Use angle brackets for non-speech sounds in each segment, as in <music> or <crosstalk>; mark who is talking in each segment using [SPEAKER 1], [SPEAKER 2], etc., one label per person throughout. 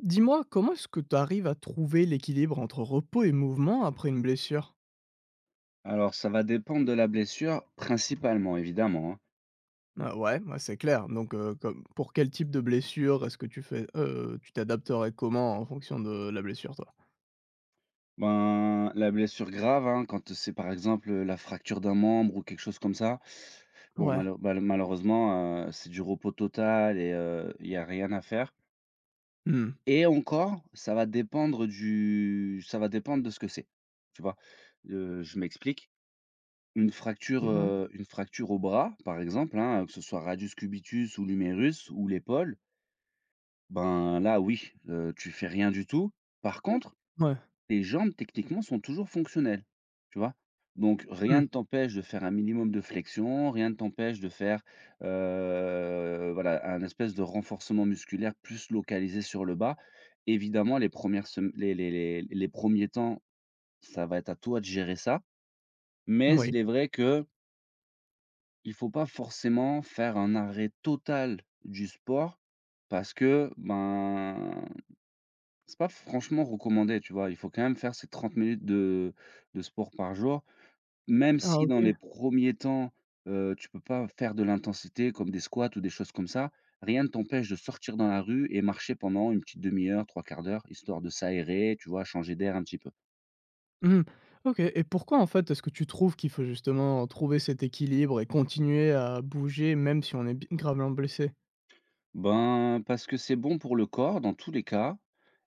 [SPEAKER 1] Dis-moi, comment est-ce que tu arrives à trouver l'équilibre entre repos et mouvement après une blessure?
[SPEAKER 2] Alors, ça va dépendre de la blessure, principalement, évidemment, hein.
[SPEAKER 1] Ah ouais, ouais, c'est clair. Donc, comme pour quel type de blessure est-ce que tu fais tu t'adapterais comment en fonction de la blessure, toi?
[SPEAKER 2] Ben, la blessure grave, hein, quand c'est par exemple la fracture d'un membre ou quelque chose comme ça, bon,
[SPEAKER 1] Ouais,
[SPEAKER 2] malheureusement, c'est du repos total et il n'y a rien à faire.
[SPEAKER 1] mmh,
[SPEAKER 2] Et encore, ça va dépendre de ce que c'est. Tu vois, je m'explique.
[SPEAKER 1] OK, ouais,
[SPEAKER 2] Une fracture au bras, par exemple, hein, que ce soit radius cubitus ou l'humérus ou l'épaule, ben là, oui, tu fais rien du tout. Par contre,
[SPEAKER 1] ouais,
[SPEAKER 2] les jambes techniquement sont toujours fonctionnelles, tu vois? Donc rien
[SPEAKER 1] mmh,
[SPEAKER 2] ne t'empêche de faire un minimum de flexion, rien ne t'empêche de faire, voilà, un espèce de renforcement musculaire plus localisé sur le bas. Évidemment, les premières sem les premiers temps, ça va être à toi de gérer ça, mais
[SPEAKER 1] moui.
[SPEAKER 2] il est vrai que il faut pas forcément faire un arrêt total du sport parce que, ben c'est pas franchement recommandé, tu vois? Il faut quand même faire ces 30 minutes de sport par jour, même
[SPEAKER 1] Ah
[SPEAKER 2] si dans
[SPEAKER 1] OK,
[SPEAKER 2] les premiers temps, tu peux pas faire de l'intensité comme des squats ou des choses comme ça. Rien ne t'empêche de sortir dans la rue et marcher pendant une petite demi heure, trois quarts d'heure, histoire de s'aérer, tu vois? Changer d'air un petit peu.
[SPEAKER 1] mmh, OK et pourquoi, en fait, est-ce que tu trouves qu'il faut justement trouver cet équilibre et continuer à bouger même si on est bi gravement blessé?
[SPEAKER 2] Ben, parce que c'est bon pour le corps dans tous les cas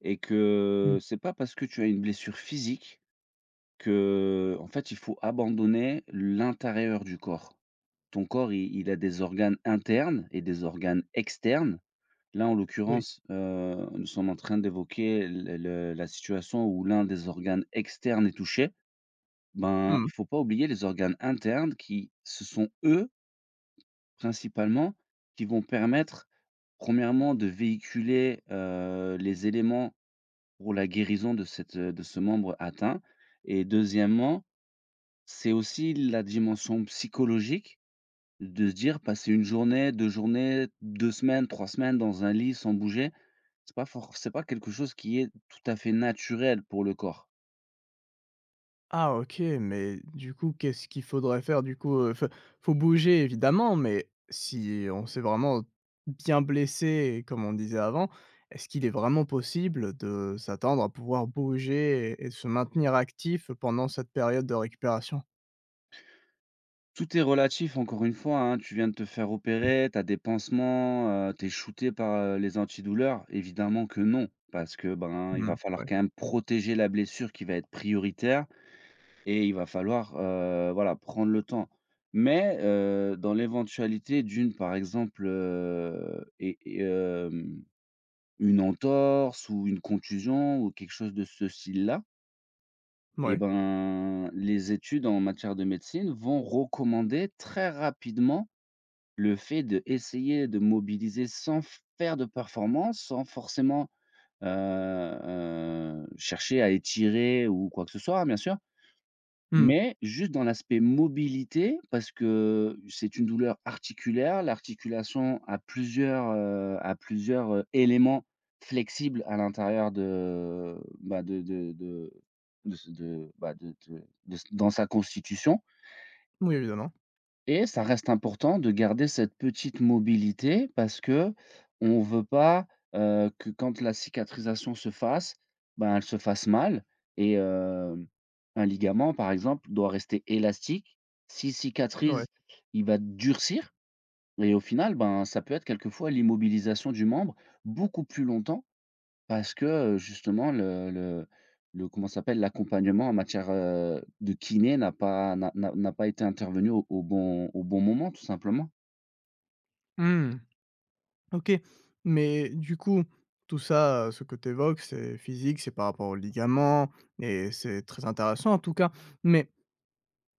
[SPEAKER 2] et que
[SPEAKER 1] Mmh,
[SPEAKER 2] c'est pas parce que tu as une blessure physique que en fait, il faut abandonner l'intérieur du corps. Ton corps, il a des organes internes et des organes externes. Là, en
[SPEAKER 1] oui,
[SPEAKER 2] l'occurrence, nous sommes en train d'évoquer le la situation où l'un des organes externes est touché. Ben,
[SPEAKER 1] mmh.
[SPEAKER 2] il faut pas oublier les organes internes qui ce sont eux, principalement, qui vont permettre, premièrement, de véhiculer, les éléments pour la guérison de cette, de ce membre atteint et deuxièmement, c'est aussi la dimension psychologique. De se dire passer une journée, 2 journées, 2 semaines, 3 semaines dans un lit sans bouger, c'est pas quelque chose qui est tout à fait naturel pour le corps.
[SPEAKER 1] Ah OK, mais du coup, qu'est-ce qu'il faudrait faire du coup, Enfin, faut bouger évidemment, mais si on s'est vraiment bien blessé comme on disait avant, est-ce qu'il est vraiment possible de s'attendre à pouvoir bouger et se maintenir actif pendant cette période de récupération?
[SPEAKER 2] Tout est relatif encore une fois, hein. Tu viens de te faire opérer, tu as des pansements, t'es tu es shooté par, les antidouleurs. Évidemment que non, parce que, ben, il va
[SPEAKER 1] Mmh,
[SPEAKER 2] falloir
[SPEAKER 1] ouais,
[SPEAKER 2] quand même protéger la blessure qui va être prioritaire et il va falloir, voilà, prendre le temps. Mais, dans l'éventualité d'une, par exemple, une entorse ou une contusion ou quelque chose de ce style-là, et
[SPEAKER 1] mouais,
[SPEAKER 2] ben, les études en matière de médecine vont recommander très rapidement le fait d'essayer de mobiliser sans f- faire de performance, sans forcément, chercher à étirer ou quoi que ce soit, hein, bien sûr.
[SPEAKER 1] mmh,
[SPEAKER 2] Mais juste dans l'aspect mobilité, parce que c'est une douleur articulaire. L'articulation a plusieurs, éléments flexibles à l'intérieur de, bah, bah, de dans sa constitution.
[SPEAKER 1] oui évidemment,
[SPEAKER 2] Et ça reste important de garder cette petite mobilité parce que qu'on veut pas, que quand la cicatrisation se fasse, ben, elle se fasse mal et un ligament, par exemple, doit rester élastique. S'il
[SPEAKER 1] ouais,
[SPEAKER 2] cicatrise, il va durcir et au final, ben, ça peut être quelquefois l'immobilisation du membre beaucoup plus longtemps parce que, justement le comment ça s'appelle? L'accompagnement en matière, de kiné n'a pas été intervenu au bon moment, tout simplement.
[SPEAKER 1] mmh, OK. Mais du coup, tout ça, ce que tu évoques, c'est physique, c'est par rapport aux ligaments et c'est très intéressant en tout cas, mais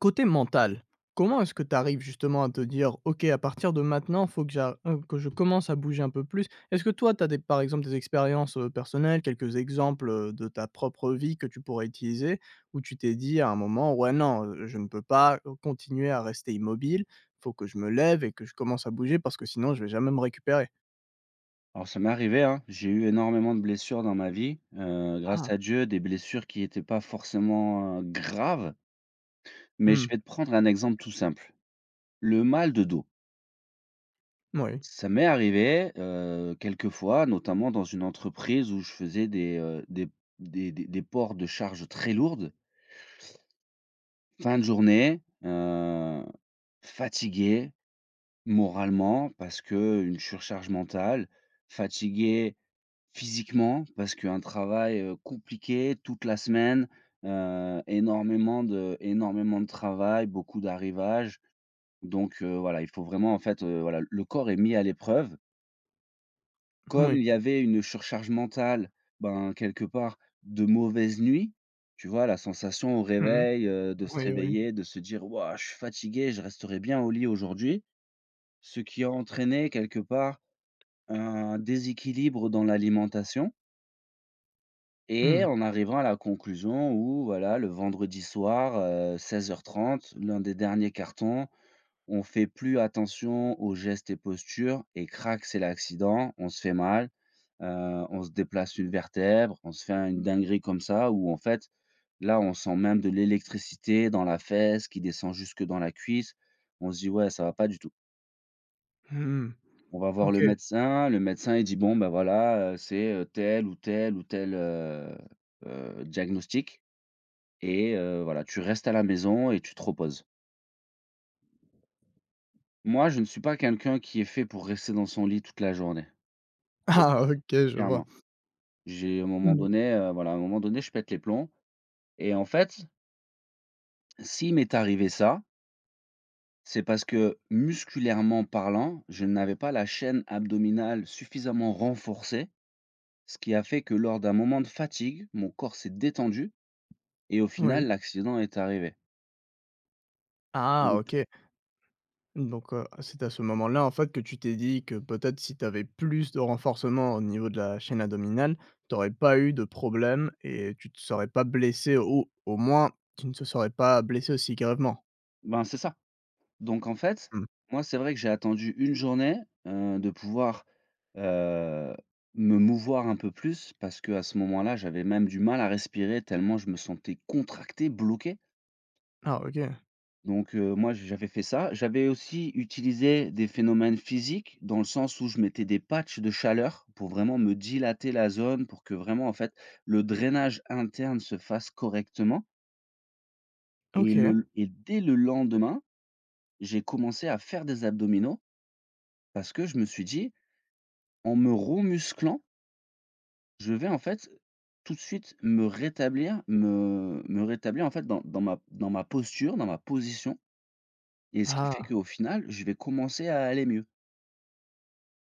[SPEAKER 1] côté mental, comment est-ce que tu arrives justement à te dire: «OK, à partir de maintenant, faut que j'a que je commence à bouger un peu plus»? Est-ce que toi, tu as par exemple, des expériences, personnelles, quelques exemples, de ta propre vie que tu pourrais utiliser, où tu t'es dit à un moment: «Ouais, non, je ne peux pas, continuer à rester immobile, faut que je me lève et que je commence à bouger parce que sinon je vais jamais me récupérer»?
[SPEAKER 2] Alors ça m'est arrivé, hein, j'ai eu énormément de blessures dans ma vie, grâce
[SPEAKER 1] Ah!
[SPEAKER 2] à Dieu, des blessures qui n'étaient pas forcément, graves, mais je
[SPEAKER 1] Mmh.
[SPEAKER 2] vais te prendre un exemple tout simple. Le mal de dos.
[SPEAKER 1] Oui,
[SPEAKER 2] Ça m'est arrivé, quelques fois, notamment dans une entreprise où je faisais des ports de charges très lourdes. Fin de journée, fatigué moralement parce que une surcharge mentale, fatigué physiquement parce qu'un travail, compliqué toute la semaine, énormément de travail, beaucoup d'arrivages donc voilà, il faut vraiment en fait, voilà, le corps est mis à l'épreuve. Comme
[SPEAKER 1] moui.
[SPEAKER 2] il y avait une surcharge mentale, ben, quelque part, de mauvaise nuit, tu vois? La sensation au
[SPEAKER 1] Mmh.
[SPEAKER 2] réveil, de se
[SPEAKER 1] Oui, oui.
[SPEAKER 2] réveiller, de se dire: «Waouh, je suis fatigué, je resterai bien au lit aujourd'hui». Ce qui a entraîné quelque part un déséquilibre dans l'alimentation et
[SPEAKER 1] Mmh.
[SPEAKER 2] en arrivant à la conclusion où voilà, le vendredi soir, 16:30, l'un des derniers cartons, on fait plus attention aux gestes et postures et crac, c'est l'accident, on se fait mal, on se déplace une vertèbre, on se fait une dinguerie comme ça où en fait, là, on sent même de l'électricité dans la fesse qui descend jusque dans la cuisse. On se dit: «Ouais, ça va pas du tout».
[SPEAKER 1] Mmh.
[SPEAKER 2] On va voir
[SPEAKER 1] OK. <laughs>
[SPEAKER 2] le médecin il dit: «Bon, ben voilà, c'est, tel ou tel ou tel, diagnostic et voilà, tu restes à la maison et tu te reposes». Moi, je ne suis pas quelqu'un qui est fait pour rester dans son lit toute la journée.
[SPEAKER 1] Ah! OK, je vois.
[SPEAKER 2] Clairement. J'ai à un moment
[SPEAKER 1] Mmh.
[SPEAKER 2] donné, voilà, à un moment donné, je pète les plombs et en fait, s'il m'est arrivé ça, c'est parce que musculairement parlant, je n'avais pas la chaîne abdominale suffisamment renforcée, ce qui a fait que lors d'un moment de fatigue, mon corps s'est détendu et au
[SPEAKER 1] Oui.
[SPEAKER 2] final, l'accident est arrivé.
[SPEAKER 1] Ah!
[SPEAKER 2] Donc
[SPEAKER 1] OK. Donc, c'est à ce moment-là, en fait, que tu t'es dit que peut-être si tu avais plus de renforcement au niveau de la chaîne abdominale, tu n'aurais pas eu de problème et tu ne te serais pas blessé ou au moins tu ne te serais pas blessé aussi gravement?
[SPEAKER 2] ben, c'est ça. Donc en fait,
[SPEAKER 1] Mmh.
[SPEAKER 2] moi, c'est vrai que j'ai attendu une journée, de pouvoir, heu, me mouvoir un peu plus parce que à ce moment-là, j'avais même du mal à respirer tellement je me sentais contracté, bloqué.
[SPEAKER 1] Ah OK.
[SPEAKER 2] Donc moi, j'avais fait ça. J'avais aussi utilisé des phénomènes physiques dans le sens où je mettais des patchs de chaleur pour vraiment me dilater la zone, pour que vraiment, en fait, le drainage interne se fasse correctement et
[SPEAKER 1] OK.
[SPEAKER 2] le et dès le lendemain, j'ai commencé à faire des abdominaux parce que je me suis dit: en me remusclant, je vais, en fait, tout de suite me rétablir, me rétablir, en fait, dans ma posture, dans ma position et ce qui fait
[SPEAKER 1] Ah!
[SPEAKER 2] qu'au final, je vais commencer à aller mieux,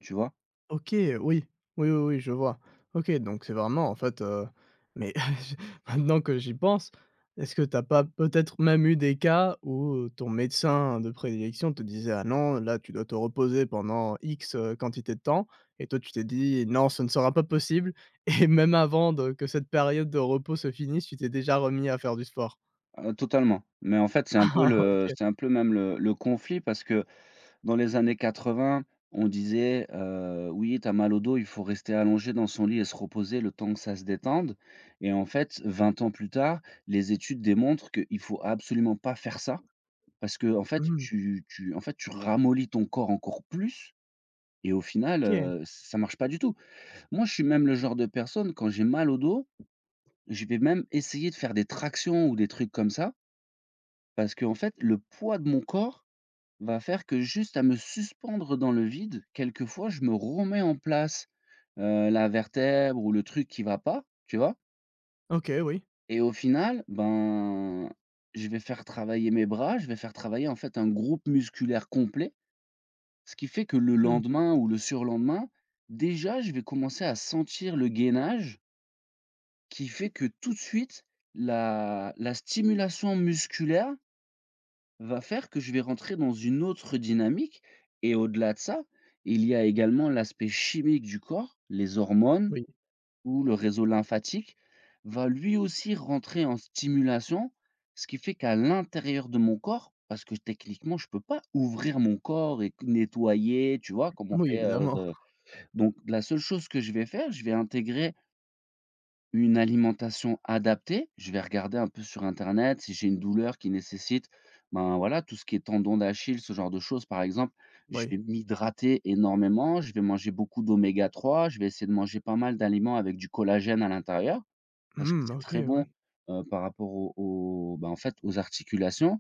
[SPEAKER 2] tu vois?
[SPEAKER 1] OK, oui. Oui, oui, oui, je vois. OK, donc c'est vraiment en fait, mais <laughs> maintenant que j'y pense, est-ce que t'as pas peut-être même eu des cas où ton médecin de prédilection te disait: «Ah non, là, tu dois te reposer pendant X, quantité de temps» et toi, tu t'es dit: «Non, ce ne sera pas possible» <laughs> et même avant de que cette période de repos se finisse, tu t'es déjà remis à faire du sport?
[SPEAKER 2] Totalement, mais en fait, c'est un peu
[SPEAKER 1] <laughs> Ah
[SPEAKER 2] le
[SPEAKER 1] OK.
[SPEAKER 2] c'est un peu même le conflit parce que dans les années 80, on disait, «Oui, t'as mal au dos, il faut rester allongé dans son lit et se reposer le temps que ça se détende» et en fait, 20 ans plus tard, les études démontrent qu'il faut absolument pas faire ça. Parce que en fait,
[SPEAKER 1] Mmh,
[SPEAKER 2] tu tu en fait, tu ramollis ton corps encore plus et au final,
[SPEAKER 1] OK.
[SPEAKER 2] ça marche pas du tout. Moi, je suis même le genre de personne, quand j'ai mal au dos, je vais même essayer de faire des tractions ou des trucs comme ça parce que en fait, le poids de mon corps va faire que juste à me suspendre dans le vide, quelquefois, je me remets en place, la vertèbre ou le truc qui va pas, tu vois?
[SPEAKER 1] OK, oui.
[SPEAKER 2] Et au final, ben, je vais faire travailler mes bras, je vais faire travailler, en fait, un groupe musculaire complet. Ce qui fait que le
[SPEAKER 1] Mmh,
[SPEAKER 2] lendemain ou le surlendemain, déjà, je vais commencer à sentir le gainage qui fait que tout de suite, la stimulation musculaire va faire que je vais rentrer dans une autre dynamique et au-delà de ça, il y a également l'aspect chimique du corps, les hormones
[SPEAKER 1] oui.
[SPEAKER 2] ou le réseau lymphatique va lui aussi rentrer en stimulation, ce qui fait qu'à l'intérieur de mon corps parce que techniquement je peux pas ouvrir mon corps et nettoyer, tu vois? Comme on
[SPEAKER 1] Oui,
[SPEAKER 2] fait,
[SPEAKER 1] évidemment.
[SPEAKER 2] de donc la seule chose que je vais faire, je vais intégrer une alimentation adaptée. Je vais regarder un peu sur internet si j'ai une douleur qui nécessite, ben voilà, tout ce qui est tendon d'Achille, ce genre de choses par exemple. Je vais
[SPEAKER 1] Oui.
[SPEAKER 2] m'hydrater énormément, je vais manger beaucoup d'oméga-3. Je vais essayer de manger pas mal d'aliments avec du collagène à l'intérieur parce que
[SPEAKER 1] Mmh,
[SPEAKER 2] c'est
[SPEAKER 1] OK,
[SPEAKER 2] très
[SPEAKER 1] ouais.
[SPEAKER 2] bon, par rapport aux, bah, en fait, aux articulations.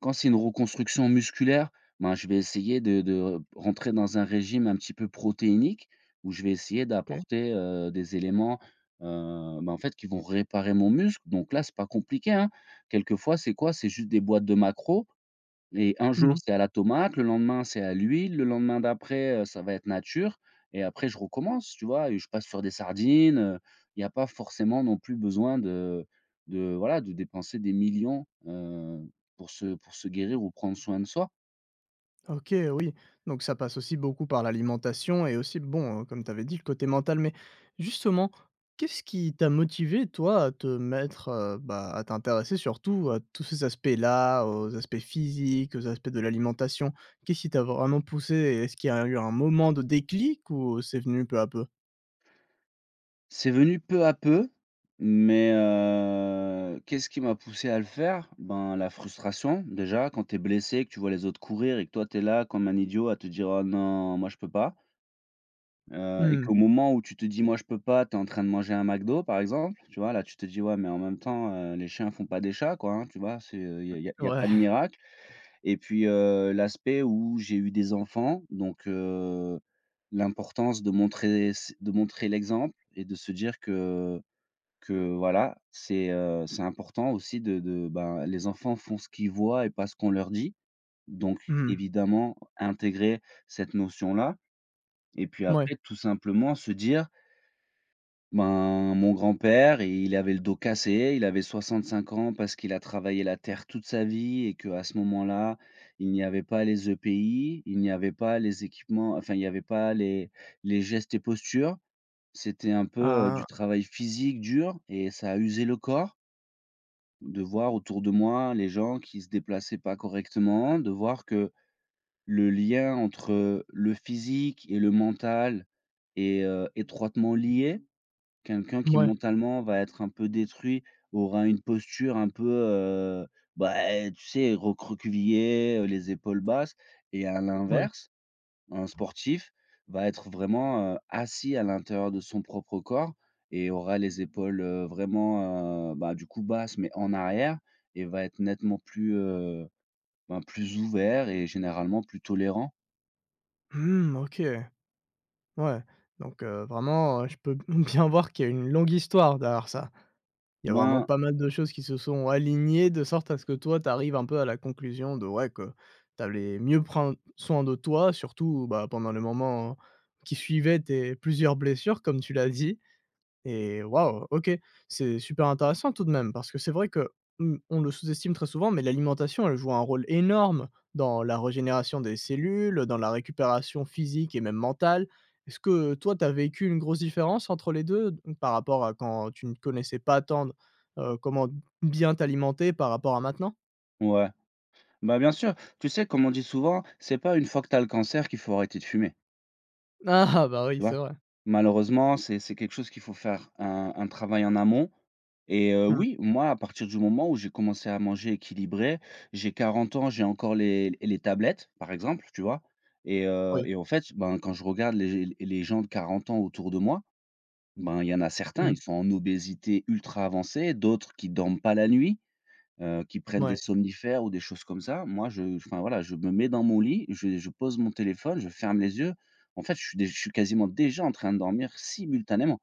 [SPEAKER 2] Quand c'est une reconstruction musculaire, ben, je vais essayer de rentrer dans un régime un petit peu protéinique où je vais essayer
[SPEAKER 1] OK.
[SPEAKER 2] d'apporter, des éléments, heu, ben, en fait, qui vont réparer mon muscle. Donc là, c'est pas compliqué, hein. Quelquefois, c'est quoi? C'est juste des boîtes de macros. Et un jour,
[SPEAKER 1] Mmh.
[SPEAKER 2] c'est à la tomate, le lendemain, c'est à l'huile, le lendemain d'après, ça va être nature et après je recommence, tu vois? Et je passe sur des sardines, il n'y a pas forcément non plus besoin de dépenser des millions, pour se guérir ou prendre soin de soi.
[SPEAKER 1] OK, oui, donc ça passe aussi beaucoup par l'alimentation et aussi, bon, comme tu avais dit, le côté mental. Mais justement, qu'est-ce qui t'a motivé, toi, à te mettre, bah, à t'intéresser surtout à tous ces aspects-là, aux aspects physiques, aux aspects de l'alimentation? Qu'est-ce qui t'a vraiment poussé et est-ce qu'il y a eu un moment de déclic ou c'est venu peu à peu?
[SPEAKER 2] C'est venu peu à peu, mais qu'est-ce qui m'a poussé à le faire? Ben, la frustration déjà, quand tu es blessé, que tu vois les autres courir et que toi tu es là comme un idiot à te dire: «Oh non, moi je peux pas». Et
[SPEAKER 1] Mmh,
[SPEAKER 2] qu'au moment où tu te dis: «Moi, je peux pas», tu es en train de manger un McDo, par exemple, tu vois? Là, tu te dis: «Ouais, mais en même temps, les chiens font pas des chats, quoi», hein, tu vois? Il y a
[SPEAKER 1] ouais,
[SPEAKER 2] pas de miracle. Et puis, l'aspect où j'ai eu des enfants, donc l'importance de montrer l'exemple et de se dire que voilà, c'est important aussi ben, les enfants font ce qu'ils voient et pas ce qu'on leur dit, donc
[SPEAKER 1] mmh,
[SPEAKER 2] évidemment, intégrer cette notion-là et puis après,
[SPEAKER 1] mouais.
[SPEAKER 2] tout simplement se dire ben, mon grand-père, il avait le dos cassé, il avait 65 ans parce qu'il a travaillé la terre toute sa vie et qu'à ce moment-là, il n'y avait pas les EPI, il n'y avait pas les équipements, enfin, il n'y avait pas les les gestes et postures. C'était un peu,
[SPEAKER 1] Ah,
[SPEAKER 2] du travail physique dur et ça a usé le corps. De voir autour de moi les gens qui se déplaçaient pas correctement, de voir que le lien entre, le physique et le mental est, étroitement lié. Quelqu'un qui
[SPEAKER 1] ouais.
[SPEAKER 2] mentalement va être un peu détruit, aura une posture un peu, bah, tu sais, recroquevillé, les épaules basses, et à
[SPEAKER 1] Ouais.
[SPEAKER 2] l'inverse, un sportif va être vraiment, assis à l'intérieur de son propre corps et aura les épaules, bah, du coup basses, mais en arrière, et va être nettement plus, ben, plus ouvert et généralement plus tolérant.
[SPEAKER 1] Mmh, OK. Ouais, donc vraiment, je peux <laughs> bien voir qu'il y a une longue histoire derrière ça. Il y a vraiment
[SPEAKER 2] Ben
[SPEAKER 1] pas mal de choses qui se sont alignées de sorte à ce que toi, tu arrives un peu à la conclusion de ouais, que tu allais mieux prendre soin de toi, surtout, bah, pendant le moment qui suivait tes plusieurs blessures comme tu l'as dit. Et waouh, OK, c'est super intéressant tout de même parce que c'est vrai que, mmh, on le sous-estime très souvent, mais l'alimentation, elle joue un rôle énorme dans la régénération des cellules, dans la récupération physique et même mentale. Est-ce que toi, tu as vécu une grosse différence entre les 2 d par rapport à quand tu ne connaissais pas tant d comment bien t'alimenter par rapport à maintenant?
[SPEAKER 2] ouais, bah, bien sûr, tu sais, comme on dit souvent, c'est pas une fois que tu as le cancer qu'il faut arrêter de fumer.
[SPEAKER 1] <laughs> Ah bah oui,
[SPEAKER 2] Tu vois?
[SPEAKER 1] c'est vrai.
[SPEAKER 2] Malheureusement, c'est quelque chose qu'il faut faire un travail en amont. Et
[SPEAKER 1] Mmh,
[SPEAKER 2] oui, moi, à partir du moment où j'ai commencé à manger équilibré, j'ai 40 ans, j'ai encore les tablettes, par exemple, tu vois? Et heu
[SPEAKER 1] oui.
[SPEAKER 2] et en fait, ben, quand je regarde les gens de 40 ans autour de moi, ben, il y en a certains,
[SPEAKER 1] Mmh,
[SPEAKER 2] ils sont en obésité ultra avancée, d'autres qui dorment pas la nuit, qui prennent des
[SPEAKER 1] mouais.
[SPEAKER 2] somnifères ou des choses comme ça. Moi, je enfin voilà, je me mets dans mon lit, je pose mon téléphone, je ferme les yeux. En fait, je suis quasiment déjà en train de dormir simultanément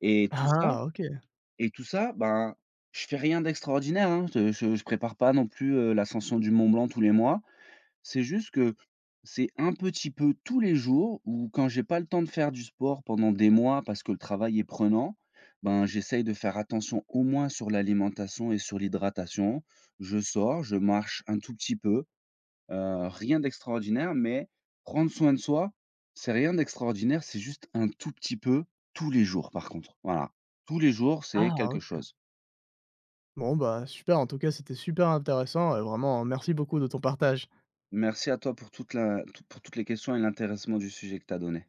[SPEAKER 2] et tout ça
[SPEAKER 1] Ah OK.
[SPEAKER 2] et tout ça, ben, je fais rien d'extraordinaire, hein. Je prépare pas non plus, l'ascension du Mont Blanc tous les mois. C'est juste que c'est un petit peu tous les jours ou quand j'ai pas le temps de faire du sport pendant des mois parce que le travail est prenant, ben, j'essaye de faire attention au moins sur l'alimentation et sur l'hydratation. Je sors, je marche un tout petit peu, rien d'extraordinaire, mais prendre soin de soi, c'est rien d'extraordinaire, c'est juste un tout petit peu tous les jours par contre. Voilà, tous les jours, c'est
[SPEAKER 1] Ah
[SPEAKER 2] quelque
[SPEAKER 1] OK.
[SPEAKER 2] chose.
[SPEAKER 1] Bon bah, super, en tout cas, c'était super intéressant et vraiment merci beaucoup de ton partage.
[SPEAKER 2] Merci à toi pour toute la pour toutes les questions et l'intéressement du sujet que tu as donné.